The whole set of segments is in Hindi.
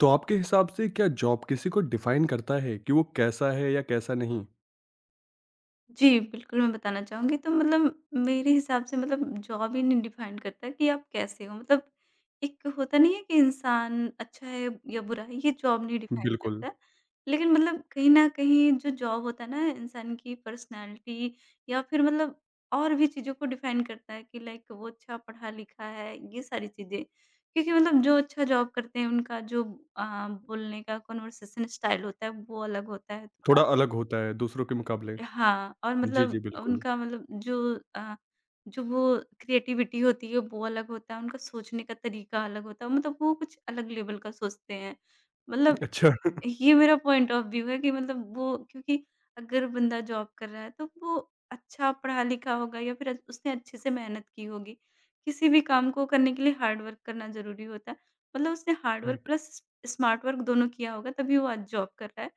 तो आपके हिसाब से क्या जॉब किसी को डिफाइन करता है कि वो कैसा है या कैसा नहीं? जी, बिल्कुल, मैं बताना चाहूँगी। तो मतलब मेरे हिसाब से मतलब जॉब ही नहीं डिफाइन करता कि आप कैसे हो। मतलब एक होता नहीं है कि इंसान अच्छा है या बुरा है, ये जॉब नहीं डिफाइन बिल्कुल, करता है। लेकिन मतलब कहीं न कहीं जो जॉब होता है ना, इंसान की पर्सनैलिटी या फिर मतलब और भी चीज़ों को डिफाइन करता है कि लाइक वो अच्छा पढ़ा-लिखा है, ये सारी चीज़ें। क्योंकि मतलब जो अच्छा जॉब करते हैं, उनका जो अ, बोलने का कन्वर्सेशन स्टाइल होता है, वो अलग होता है थोड़ा थोड़ा। अलग होता है दूसरों के मुकाबले। हाँ, और जी, जी, मतलब बिल्कुल। उनका मतलब जो जो वो क्रिएटिविटी होती है वो अलग होता है, उनका सोचने का तरीका अलग होता है, मतलब वो कुछ अलग लेवल का सोचते हैं। मतलब अच्छा, ये मेरा पॉइंट ऑफ व्यू है कि मतलब वो क्योंकि अगर बंदा जॉब कर रहा है तो वो अच्छा पढ़ा-लिखा होगा या फिर अच उसने अच्छे से मेहनत की होगी। किसी भी काम को करने के लिए हार्ड वर्क करना ज़रूरी होता है। मतलब उसने hard work right. Plus smart work दोनों किया होगा तभी वो आज जॉब कर रहा है।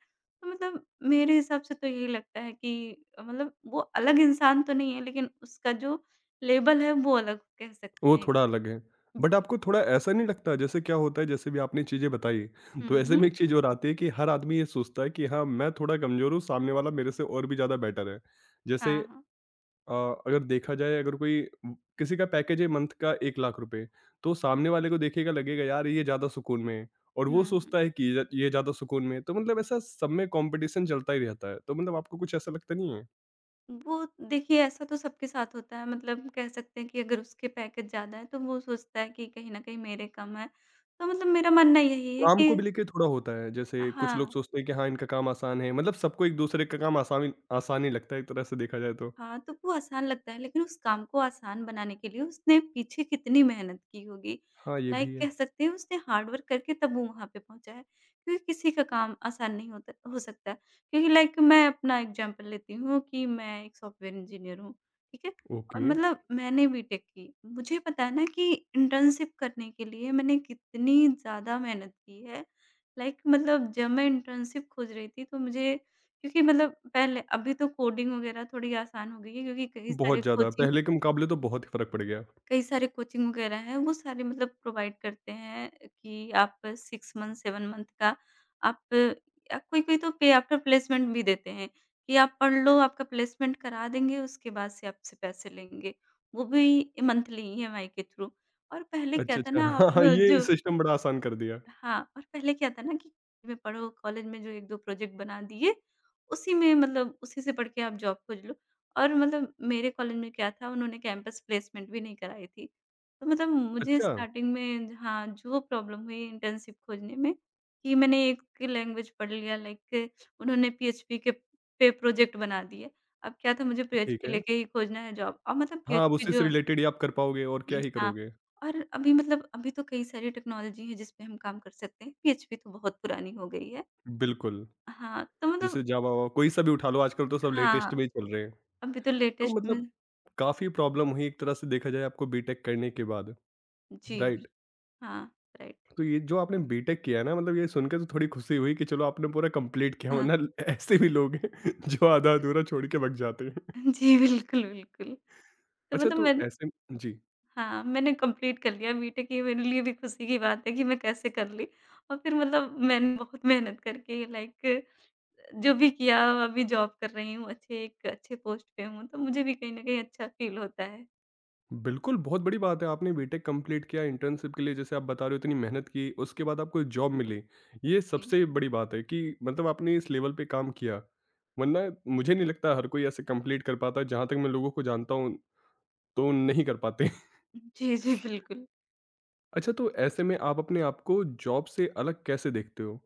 तो मतलब मेरे हिसाब से तो यही लगता है कि मतलब वो अलग इंसान तो नहीं है लेकिन उसका जो लेबल है वो अलग कह वो सकते हैं। थोड़ा अलग है। बट जी। आपको थोड़ा ऐसा नहीं लगता जैसे क्या होता है जैसे भी आपने चीज़ें बताई, हुँ, तो ऐसे में हुँ। एक चीज़ और आती है कि हर आदमी ये सोचता है कि हाँ, मैं थोड़ा कमज़ोर हूँ, सामने वाला मेरे से और भी ज़्यादा बेटर है। जैसे हाँ, हाँ। अ, अगर देखा जाए अगर कोई किसी का पैकेज है मंथ का 1 लाख रुपए, तो सामने वाले को देखेगा लगेगा यार ये ज़्यादा सुकून में है और हुँ, वो हुँ। सोचता है कि ये ज़्यादा सुकून में है, तो मतलब ऐसा सब में कॉम्पिटिशन चलता ही रहता है। तो मतलब आपको कुछ ऐसा लगता नहीं है? वो देखिए ऐसा तो सबके साथ होता है, मतलब कह सकते हैं कि अगर उसके पैकेज ज़्यादा हैं तो वो सोचता है कि कहीं न कहीं मेरे कम हैं। तो मतलब मेरा मानना यही है काम को कि। भी लेके थोड़ा होता है, जैसे कुछ लोग हाँ। सोचते हैं कि हाँ, इनका काम आसान है, मतलब सबको एक-दूसरे का काम आसान आसान ही लगता है एक तरह से देखा जाए तो। हाँ, तो वो आसान लगता है लेकिन उस काम को आसान बनाने के लिए उसने पीछे कितनी मेहनत की होगी। हाँ, ये लाइक भी है। कह सकते हैं उसने हार्ड वर्क करके तब वो वहाँ पे पहुँचा है, क्योंकि किसी का काम आसान नहीं होता हो सकता। क्योंकि लाइक मैं अपना एग्ज़ाम्पल लेती हूँ कि मैं एक सॉफ्टवेयर इंजीनियर हूँ, ठीक है? और ओके, मतलब मैंने बीटेक की, मुझे पता है ना कि इंटर्नशिप करने के लिए मैंने कितनी ज़्यादा मेहनत की है। लाइक मतलब जब मैं इंटर्नशिप खोज रही थी तो मुझे क्योंकि मतलब पहले, अभी तो कोडिंग वगैरह थोड़ी आसान हो गई है क्योंकि बहुत ज़्यादा, पहले के मुकाबले तो बहुत ही फ़र्क पड़ गया। कई सारे कोचिंग वगैरह हैं, वो सारे मतलब प्रोवाइड करते हैं कि आप 6 मंथ 7 मंथ का आप कोई-कोई तो पे आफ्टर प्लेसमेंट भी देते हैं कि आप पढ़ लो, आपका प्लेसमेंट करा देंगे, उसके बाद से आपसे पैसे लेंगे। वो भी मंथली ईएमआई के थ्रू। और पहले क्या अच्छा, था अच्छा। ना आप हाँ, हाँ, ये जो, सिस्टम बड़ा आसान कर दिया। हाँ, और पहले क्या था ना कि में पढ़ो, कॉलेज में जो 1-2 प्रोजेक्ट बना दिए, उसी में मतलब उसी से पढ़ के आप जॉब खोज लो। और मतलब मेरे कॉलेज में क्या था, उन्होंने कैंपस प्लेसमेंट भी नहीं कराई थी। तो मतलब मुझे अच्छा, स्टार्टिंग में, हाँ, जो प्रॉब्लम हुई इंटर्नशिप खोजने में कि मैंने एक लैंग्वेज पढ़ लिया, लाइक उन्होंने पीएचपी के पे प्रोजेक्ट बना दिए। अब क्या था, मुझे ठीक पीएचपी है। लेके ही खोजना है जॉब, और मतलब हाँ, अब पीएचपी उसी से जो, रिलेटेड ही आप कर पाओगे और क्या ही हाँ, करोगे। और अभी मतलब अभी तो कई सारी टेक्नोलॉजी है जिस पे हम काम कर सकते हैं, पीएचपी तो बहुत पुरानी हो गई है। बिल्कुल, हाँ, तो मतलब, जैसे जावा वावा कोई सा भी उठा लो आजकल तो सब लेटेस्ट हाँ, में ही चल रहे हैं। अभी तो तो लेटेस्ट में। मतलब काफ़ी प्रॉब्लम हुई एक तरह से देखा जाए आपको बीटेक करने के बाद, जी, बिल राइट? हाँ, राइट। तो ये जो आपने बीटेक किया है ना मतलब ये सुन के तो थोड़ी खुशी हुई कि चलो आपने पूरा कंप्लीट किया हाँ, वरना ऐसे भी लोग हैं जो बिल्कुल। आधा-अधूरा छोड़ के भाग जाते हैं। जी, बिल्कुल, बिल्कुल। तो अच्छा मतलब तो मैं, ऐसे जी। हाँ, मैंने कंप्लीट कर लिया बीटेक, ये मेरे लिए भी खुशी की बात है कि मैं कैसे कर ली। और फिर मतलब मैंने बहुत मेहनत करके, लाइक, जो भी किया, अभी जॉब कर रही हूँ, अच्छे एक अच्छे पोस्ट पे हूँ, तो मुझे भी कहीं न कहीं अच्छा फ़ील होता है। बिल्कुल, बहुत बड़ी बात है, आपने बीटेक कंप्लीट किया, इंटर्नशिप के लिए जैसे आप बता रहे हो इतनी मेहनत की, उसके बाद आपको जॉब मिली। ये जी। सबसे बड़ी बात है कि मतलब आपने इस लेवल पे काम किया, वरना मुझे नहीं लगता हर कोई ऐसे कंप्लीट कर पाता है, जहाँ तक मैं लोगों को जानता हूँ, तो नहीं कर पाते। जी, जी, बिल्कुल। अच्छा, तो ऐसे में आप अपने आप को जॉब से अलग कैसे देखते हो?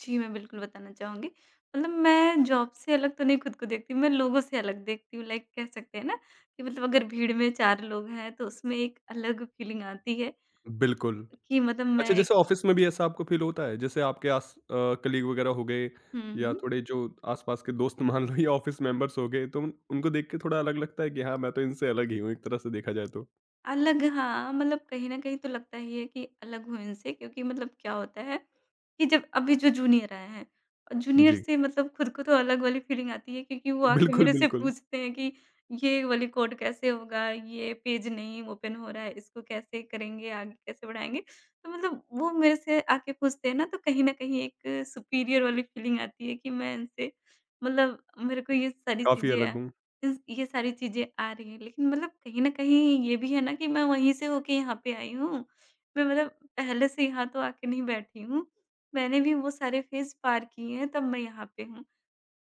जी, मैं बिल्कुल बताना चाहूँगी। मतलब मैं जॉब से अलग तो नहीं खुद को देखती हूँ, मैं लोगों से अलग देखती हूँ, लाइक कह सकते हैं ना कि मतलब अगर भीड़ में 4 लोग हैं तो उसमें एक अलग फीलिंग आती है बिल्कुल। कि मतलब अच्छा, मैं एक। जैसे ऑफ़िस में भी ऐसा आपको फ़ील होता है? जैसे आपके आस कलीग वग़ैरह हो गए हुँ, या हुँ। थोड़े जो आस-पास के दोस्त मान लो या ऑफ़िस मेंबर्स हो गए, तो उन उनको देख के थोड़ा अलग लगता है कि हाँ, मैं तो इनसे अलग ही हूँ एक तरह से देखा जाए तो? अलग, हाँ, मतलब कहीं न कहीं तो लगता ही है कि अलग हूँ इनसे, क्योंकि मतलब क्या होता है कि जब अभी जो जूनियर आए हैं, और जूनियर जी। से मतलब खुद को तो अलग वाली फीलिंग आती है, क्योंकि वो आके बिल्कुल, मेरे से बिल्कुल। पूछते हैं कि ये वाली कोड कैसे होगा? ये पेज नहीं ओपन हो रहा है, इसको कैसे करेंगे? आगे कैसे बढ़ाएँगे? तो मतलब वो मेरे से आके पूछते हैं ना, तो कहीं न कहीं एक सुपीरियर वाली फीलिंग आती है कि मैं इनसे, मतलब मेरे को ये सारी काफ़ी चीज़ें अलग हूँ। इस ये सारी चीज़ें आ रही हैं। लेकिन मतलब कहीं न कहीं ये भी है ना कि मैं वहीं से होके यहाँ पे आई हूँ। मैं मतलब पहले से यहाँ तो आके नहीं बैठी हूँ। मैंने भी वो सारे फेज़ पार किए हैं तब मैं यहाँ पे हूँ।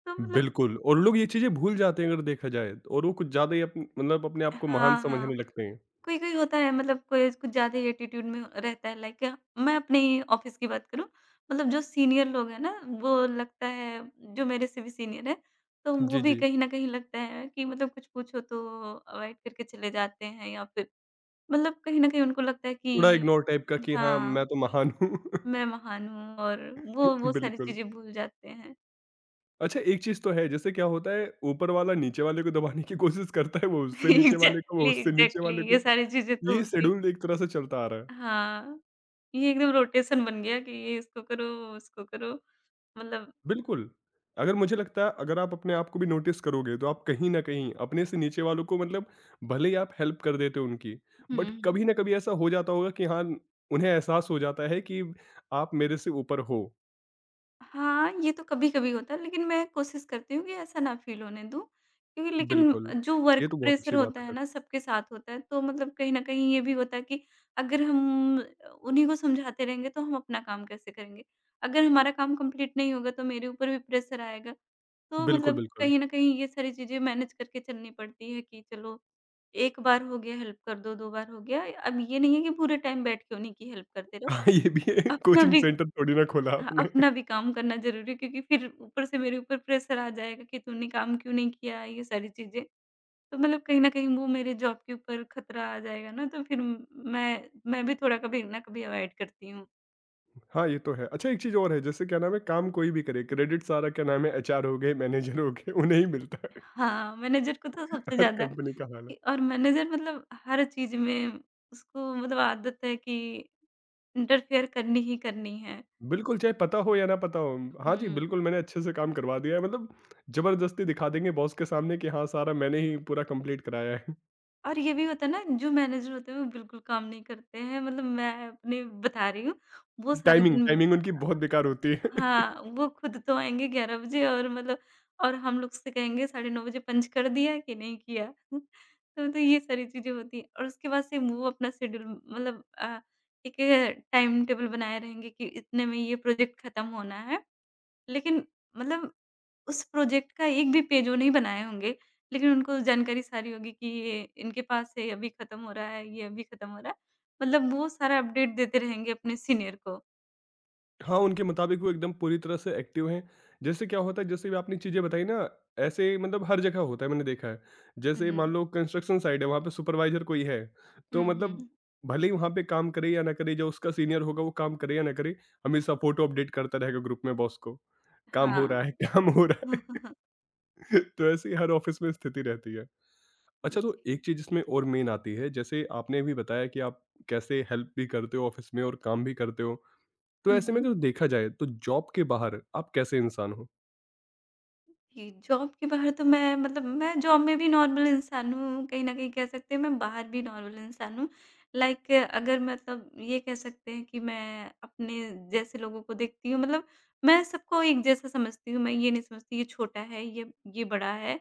तो मतलब। बिल्कुल और लोग ये चीज़ें भूल जाते हैं अगर देखा जाए तो, और वो कुछ ज़्यादा ही अप मतलब अपने आप को महान हाँ, हाँ। समझने लगते हैं। कोई-कोई होता है मतलब, कोई कुछ ज़्यादा ही एटीट्यूड में रहता है, लाइक मैं अपने ही ऑफ़िस की बात करूँ, मतलब जो सीनियर लोग हैं ना वो लगता है, जो मेरे से भी सीनियर है, तो वो जी, भी जी। कहीं न कहीं लगता है कि मतलब कुछ पूछो तो अवॉइड करके चले जाते हैं, या फिर मतलब कहीं न कहीं उनको लगता है थोड़ा कि, इग्नोर टाइप का कि हाँ, मैं हाँ, तो महान हूँ। मैं महान हूँ, और वो सारी बिल्कुल। चीज़ें भूल जाते हैं। अच्छा, एक चीज़ तो है, जैसे क्या होता है, ऊपर वाला नीचे वाले को दबाने की कोशिश करता है, वो उससे नीचे वाले को, वो एग्ज़ैक्टली, उससे नीचे एग्ज़ैक्टली, वाले ये को। सारी चीज़ें तो ये होती, शेड्यूल एक तरह से चलता आ रहा है। हाँ, ये एकदम रोटेशन बन गया कि ये इसको करो, उसको करो, मतलब। बिल्कुल, अगर मुझे लगता है अगर आप अपने आप को भी नोटिस करोगे, तो आप कहीं न कहीं अपने से नीचे वालों को मतलब भले ही आप हेल्प कर देते हो उनकी, हुँ, बट हुँ। कभी ना कभी ऐसा हो जाता होगा कि हाँ, उन्हें एहसास हो जाता है कि आप मेरे से ऊपर हो। हाँ, ये तो कभी-कभी होता है, लेकिन मैं कोशिश करती हूँ कि ऐसा ना फ़ील होने दूँ, क्योंकि, लेकिन बिल्कुल, जो ये वर्क तो बहुत प्रेशर अच्छी बात होता है है फिर। ना, सबके साथ होता है, तो मतलब कहीं न कहीं ये भी होता है कि अगर हम उन्हीं को समझाते रहेंगे तो हम अपना काम कैसे करेंगे? अगर हमारा काम कंप्लीट नहीं होगा तो मेरे ऊपर भी प्रेशर आएगा। तो बिल्कुल, मतलब बिल्कुल। कहीं न कहीं ये सारी चीज़ें मैनेज करके चलनी पड़ती है कि, चलो, 1 बार हो गया हेल्प कर दो, 2 बार हो गया। अब ये नहीं है कि पूरे टाइम बैठ के उन्हीं की हेल्प करते रहो, हाँ, ये भी है, अपना कोचिंग भी, सेंटर थोड़ी ना खोला हाँ, आपने। अपना भी काम करना ज़रूरी है, क्योंकि फिर ऊपर से मेरे ऊपर प्रेशर आ जाएगा कि तूने काम क्यों नहीं किया? ये सारी चीज़ें। तो मतलब कहीं न कहीं वो मेरे जॉब के ऊपर खतरा आ जाएगा ना, तो फिर मैं भी थोड़ा कभी ना कभी अवॉइड करती हूँ। हाँ, ये तो है। अच्छा एक चीज़ और है जैसे क्या नाम है काम कोई भी करे क्रेडिट सारा क्या नाम है एचआर हो गए, मैनेजर हो गए उन्हें ही मिलता है। हाँ, मैनेजर को तो सबसे हर ज़्यादा। कंपनी का हाल कि है। और मैनेजर मतलब हर चीज़ में, उसको मतलब आदत है कि इंटरफेयर करनी ही करनी है। बिल्कुल, चाहे पता हो या ना पता हो। हाँ जी, हुँ। बिल्कुल मैंने अच्छे से काम करवा दिया है मतलब ज़बरदस्ती दिखा देंगे बॉस के सामने कि हाँ, सारा मैंने ही पूरा कंप्लीट कराया है। और ये भी होता है ना, जो मैनेजर होते हैं वो बिल्कुल काम नहीं करते हैं। मतलब मैं अपने बता रही हूँ, वो सारा टाइमिंग दिन, टाइमिंग उनकी बहुत बेकार होती है। हाँ, वो खुद तो आएँगे 11 बजे और मतलब, और हम लोग से कहेंगे साढ़े 9 बजे पंच कर दिया कि नहीं किया? तो मतलब ये सारी चीज़ें होती हैं, और उसके बाद से वो अपना शेड्यूल मतलब एक टाइम टेबल बनाए रहेंगे कि इतने में ये प्रोजेक्ट खत्म होना है। लेकिन मतलब उस प्रोजेक्ट का एक भी पेज वो नहीं बनाए होंगे, लेकिन उनको जानकारी सारी होगी कि ये इनके पास है, अभी खत्म हो रहा है, ये अभी खत्म हो रहा है। मतलब वो सारा अपडेट देते रहेंगे अपने सीनियर को। हाँ, उनके मुताबिक वो एकदम पूरी तरह से एक्टिव हैं। जैसे क्या होता है जैसे भी आपने चीज़ें बताई ना, ऐसे मतलब हर जगह होता है मैंने देखा है। जैसे हुँ, मान लो कंस्ट्रक्शन साइट है वहाँ पे सुपरवाइज़र कोई है, हुँ, तो हुँ, मतलब हुँ। भले ही वहाँ पे काम करे या ना करे, जो उसका सीनियर होगा वो काम करे या ना करे, हमेशा फ़ोटो अपडेट करता रहेगा ग्रुप में बॉस को। काम हो हाँ। रहा है, काम हो रहा हाँ, हाँ, है। हाँ। तो ऐसे ही हर ऑफ़िस में स्थिति रहती है। जी। अच्छा तो एक चीज़ इसमें और मेन आती है, जैसे आपने भी बताया कि आप कैसे हेल्प भी करते हो ऑफ़िस में और काम भी करते हो। तो हुँ, ऐसे में हुँ। अगर देखा जाए तो जॉब के बाहर आप कैसे इंसान हो? जी, जॉब के बाहर तो मैं मतलब, मैं जॉब में भी नॉर्मल इंसान हूँ, कहीं न कहीं कह सकते हैं मैं बाहर भी नॉर्मल इंसान हूँ। लाइक अगर मतलब ये कह सकते हैं कि मैं अपने जैसे लोगों को देखती हूँ, मतलब मैं सबको एक जैसा समझती हूँ, मैं ये नहीं समझती ये छोटा है, ये बड़ा है,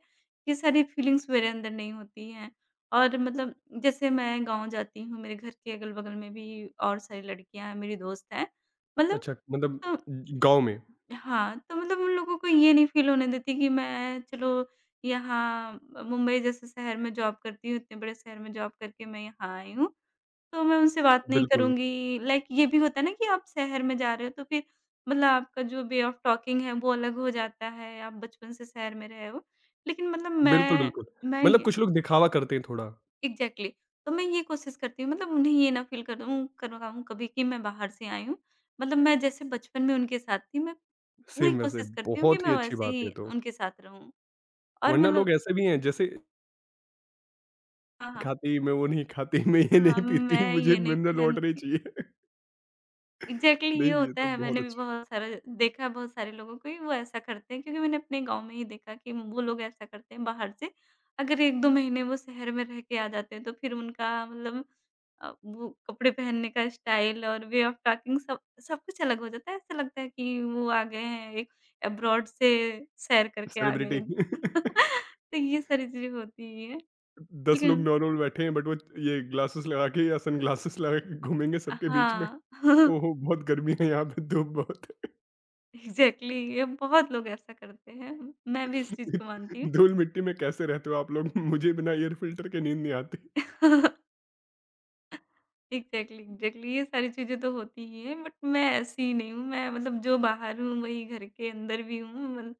ये सारी फीलिंग्स मेरे अंदर नहीं होती हैं। और मतलब जैसे मैं गाँव जाती हूँ, मेरे घर के अगल-बगल में भी और सारी लड़कियाँ हैं, मेरी दोस्त हैं, मतलब अच्छा मतलब अ गाँव में, हाँ, तो मतलब उन लोगों को ये नहीं फ़ील होने देती कि मैं, चलो, यहाँ मुंबई जैसे शहर में जॉब करती हूँ, इतने बड़े शहर में जॉब करके मैं यहाँ आई हूँ, तो मैं उनसे बात नहीं बिल्कुल। करूँगी। लाइक ये भी होता है ना कि आप शहर में जा रहे हो तो फिर मतलब आपका जो वे ऑफ टॉकिंग है वो अलग हो जाता है, आप बचपन से शहर में रहे हो। लेकिन मतलब बिल्कुल, मैं बिल्कुल। मैं मतलब ये, कुछ लोग दिखावा करते हैं थोड़ा, एग्ज़ैक्टली, तो मैं ये कोशिश करती हूँ मतलब उन्हें ये ना फ़ील करूँ करवाऊँ कभी कि मैं बाहर से आई हूँ। मतलब मैं जैसे बचपन में उनके साथ थी, मैं पूरी सेम वैसे कोशिश करती हूँ कि बहुत मैं ही अच्छी वैसे बात है ये ही तो। उनके साथ रहूँ। और वरना मतलब, लोग ऐसे भी हैं जैसे हाँ, हाँ। खाती, मैं वो नहीं खाती, मैं ये हाँ, नहीं पीती, मैं मुझे ये नहीं मिनरल वाटर ही पहनती, चाहिए। एग्ज़ैक्टली ये नहीं ये होता तो है, मैंने बहुत भी अच्छा बहुत सारा देखा है, बहुत सारे लोगों को ही वो ऐसा करते हैं, क्योंकि मैंने अपने गाँव में ही देखा कि वो लोग ऐसा करते हैं बाहर से, अगर 1-2 महीने वो शहर में रह के आ जाते हैं तो फिर उनका मतलब वो कपड़े पहनने का स्टाइल और वे ऑफ टॉकिंग, सब सब कुछ अलग हो जाता है, ऐसा लगता है कि वो आ गए हैं, एक अब्रॉड से सैर करके आ गए। सेलिब्रिटी तो ये सारी चीज़ें होती ही हैं, 10 लोग लेकिन नॉर्मल बैठे हैं बट वो ये ग्लासेस लगा के या सनग्लासेस लगा के घूमेंगे सबके बीच में। हाँ, ओहो! बहुत गर्मी है यहाँ पे धूप बहुत एग्ज़ैक्टली ये बहुत लोग ऐसा करते हैं, मैं भी इस चीज़ को मानती हूँ। धूल मिट्टी में कैसे रहते हो आप लोग? मुझे बिना एयर फ़िल्टर के नींद नहीं आती। एग्ज़ैक्टली, एग्ज़ैक्टली ये सारी चीज़ें तो होती ही हैं, बट मैं ऐसी नहीं हूँ, मैं मतलब जो बाहर हूँ वही घर के अंदर भी हूँ मल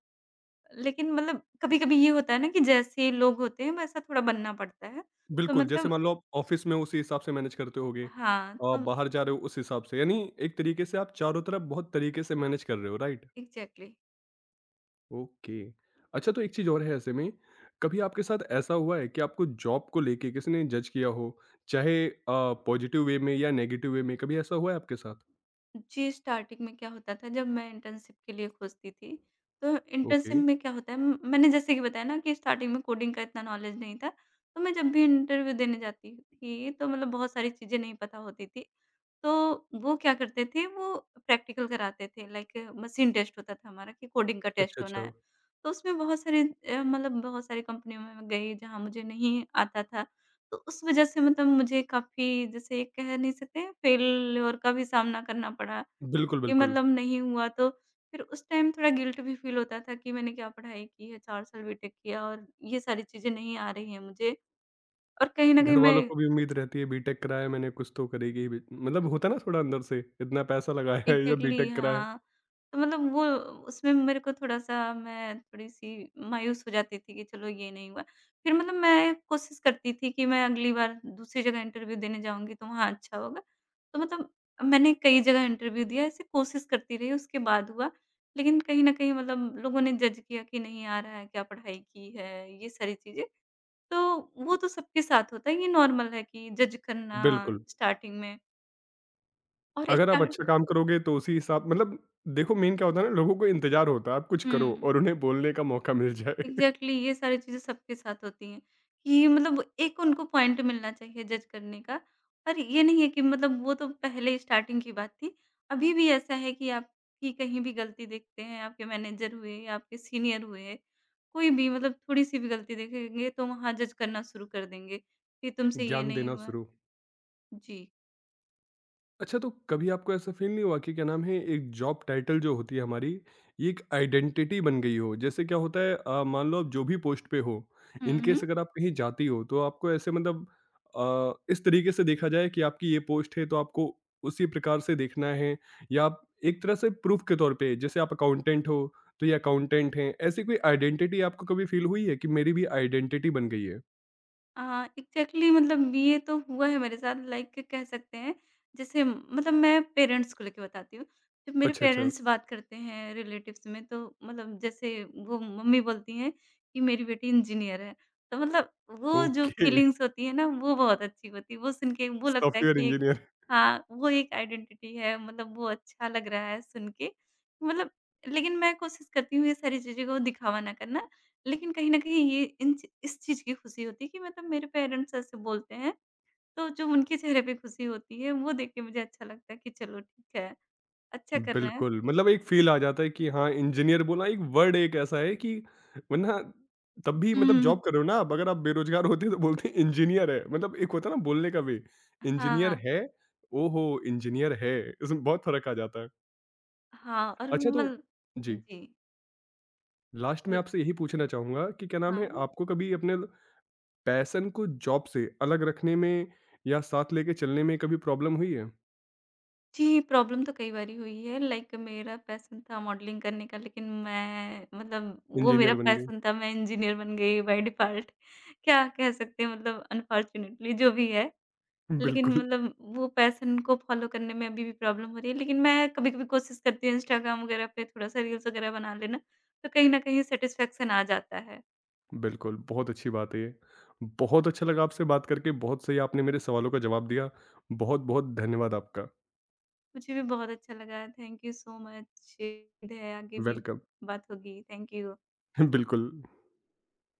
लेकिन मतलब कभी-कभी ये होता है ना कि जैसे लोग होते हैं वैसा थोड़ा बनना पड़ता है। तो बिल्कुल, जैसे मतलब मान लो आप ऑफ़िस में उसी हिसाब से मैनेज करते होगे, हाँ, तो बाहर जा रहे हो उस हिसाब से, यानी एक तरीके से आप चारों तरफ बहुत तरीके से मैनेज कर रहे हो, राइट? एग्ज़ैक्टली। ओके। अच्छा तो एक चीज़ और है ऐसे में, कभी आपके साथ ऐसा हुआ है कि आपको जॉब को लेके किसी ने जज किया हो? चाहे पॉज़िटिव वे में या नेगेटिव वे में, कभी ऐसा हुआ है आपके साथ? जी, स्टार्टिंग में क्या होता था जब मैं इंटर्नशिप के लिए खोजती थी। तो ओके। इंटर्नशिप में क्या होता है, म मैंने जैसे कि बताया ना कि स्टार्टिंग में कोडिंग का इतना नॉलेज नहीं था, तो मैं जब भी इंटरव्यू देने जाती थी, तो मतलब बहुत सारी चीज़ें नहीं पता होती थी। तो वो क्या करते थे, वो प्रैक्टिकल कराते थे, लाइक मशीन टेस्ट होता था हमारा कि कोडिंग का अच्छा, टेस्ट होना अच्छा। है। तो उसमें मतलब बहुत सारी कंपनियों में मैं गई जहाँ मुझे नहीं आता था, तो उस वज़ह से मतलब मुझे काफ़ी, जैसे एक कह नहीं सकते हैं, फेल्योर का भी सामना करना पड़ा। बिल्कुल, कि बिल्कुल। मतलब नहीं हुआ। तो फिर उस टाइम थोड़ा गिल्ट भी फ़ील होता था कि मैंने क्या पढ़ाई की है, 4 साल बीटेक किया और ये सारी चीज़ें नहीं आ रही हैं मुझे, और कहीं न कहीं घर वालों मैं। को भी उम्मीद रहती है बीटेक कराया है मैंने कुछ तो करेगी ही बे मतलब होता है ना थोड़ा अंदर से इतना पैसा लगाया है या एग्ज़ैक्टली, बीटेक करा है। हाँ। तो मतलब वो उसमें मेरे को थोड़ा-सा मैं थोड़ी-सी मायूस हो जाती थी कि चलो ये नहीं हुआ। फिर मतलब मैं कोशिश करती थी कि मैं अगली बार दूसरी जगह इंटरव्यू देने जाऊँगी तो वहाँ अच्छा होगा। तो मतलब मैंने कई जगह इंटरव्यू दिया, ऐसे कोशिश करती रही, उसके बाद हुआ। लेकिन कहीं न कहीं मतलब लोगों ने जज किया कि नहीं आ रहा है, क्या पढ़ाई की है, ये सारी चीज़ें। तो वो तो सबके साथ होता है, ये नॉर्मल है कि जज करना बिल्कुल, स्टार्टिंग में। और अगर आप स्टार्ट अच्छा काम करोगे तो उसी हिसाब मतलब देखो मेन क्या होता है ना लोगों को इंतज़ार होता है आप कुछ करो हुँ। और उन्हें बोलने का मौका मिल जाए। एग्ज़ैक्टली ये सारी चीज़ें सबके साथ होती हैं, कि मतलब एक उनको पॉइंट मिलना चाहिए जज करने का। और ये नहीं है कि मतलब, वो तो पहले स्टार्टिंग की बात थी। अभी भी ऐसा है कि आपकी कहीं भी गलती देखते हैं, आपके मैनेजर हुए या आपके सीनियर हुए, कोई भी मतलब थोड़ी-सी भी गलती देखेंगे तो वहाँ जज करना शुरू कर देंगे, कि तुमसे ये ज्ञान नहीं देना हुआ। शुरू। जी। अच्छा तो कभी आपको ऐसा फील नहीं हुआ कि क्या नाम है एक जॉब टाइटल जो होती है हमारी ये एक आइडेंटिटी बन गई हो जैसे क्या होता है मान लो आप जो भी पोस्ट पे हो हुँ, इनकेस हुँ। अगर आप कहीं जाती हो तो आपको ऐसे मतलब इस तरीके से देखा जाए कि आपकी ये पोस्ट है तो आपको उसी प्रकार से देखना है या आप एक तरह से प्रूफ के तौर पे जैसे आप अकाउंटेंट हो तो ये अकाउंटेंट हैं ऐसी कोई आइडेंटिटी आपको कभी फील हुई है कि मेरी भी आइडेंटिटी बन गई है हाँ, एग्ज़ैक्टली मतलब ये तो हुआ है मेरे साथ, लाइक कह सकते हैं, जैसे मतलब मैं पेरेंट्स को लेके बताती हूँ। जब मेरे अच्छा अच्छा पेरेंट्स बात करते हैं रिलेटिव्स में, तो मतलब, जैसे वो मम्मी बोलती हैं कि मेरी बेटी इंजीनियर है। तो मतलब वो जो ओके फीलिंग्स होती है ना, वो बहुत अच्छी होती है। वो सुन के वो लगता है सॉफ्टवेयर कि एक। इंजीनियर हाँ, वो एक आइडेंटिटी है, मतलब वो अच्छा लग रहा है सुन के। मतलब, लेकिन मैं कोशिश करती हूँ ये सारी चीज़ें को दिखावा ना करना। लेकिन कहीं न कहीं ये इन ची इस चीज़ की खुशी होती है कि मतलब मेरे पेरेंट्स ऐसे बोलते हैं, तो जो उनके चेहरे पे खुशी होती है, वो देख के मुझे अच्छा लगता है कि चलो ठीक है, अच्छा कर रहे हैं। बिल्कुल, मतलब एक फ़ील आ जाता है कि हाँ, इंजीनियर बोला एक वर्ड एक ऐसा है कि वरना तब भी मतलब हुँ, जॉब कर रहे हो ना आप, अगर आप बेरोज़गार होते तो बोलते इंजीनियर है, मतलब एक होता है ना बोलने का वे, इंजीनियर हाँ, है, ओहो! इंजीनियर है, इसमें बहुत फ़र्क आ जाता है। हाँ और अच्छा तो मल जी, जी, लास्ट में मल आपसे यही पूछना चाहूँगा कि क्या नाम है, हाँ। आपको कभी अपने पैशन को जॉब से अलग रखने में या साथ लेके चलने में कभी प्रॉब्लम हुई है? जी, प्रॉब्लम तो कई बारी हुई है, लाइक मेरा पैशन था मॉडलिंग करने का, लेकिन मैं मतलब वो मेरा इंजीनियर बन गए, पैशन था, मैं इंजीनियर बन गई बाय डिफ़ॉल्ट क्या कह सकते हैं, मतलब अनफॉर्च्युनेटली जो भी है। लेकिन बिल्कुल। मतलब वो पैशन को फ़ॉलो करने में अभी भी प्रॉब्लम हो रही है, लेकिन मैं कभी-कभी कोशिश करती हूँ इंस्टाग्राम वगैरह पे थोड़ा-सा रील्स वगैरह बना लेना, तो कहीं न कहीं सैटिस्फैक्शन आ जाता है। बिल्कुल, बहुत अच्छी बात है ये। बहुत अच्छा लगा आपसे बात करके, बहुत सही आपने मेरे सवालों का जवाब दिया। बहुत-बहुत धन्यवाद आपका। मुझे भी बहुत अच्छा लगा, थैंक यू सो मच। उम्मीद है आगे भी वेलकम बात होगी। Thank you. बिल्कुल।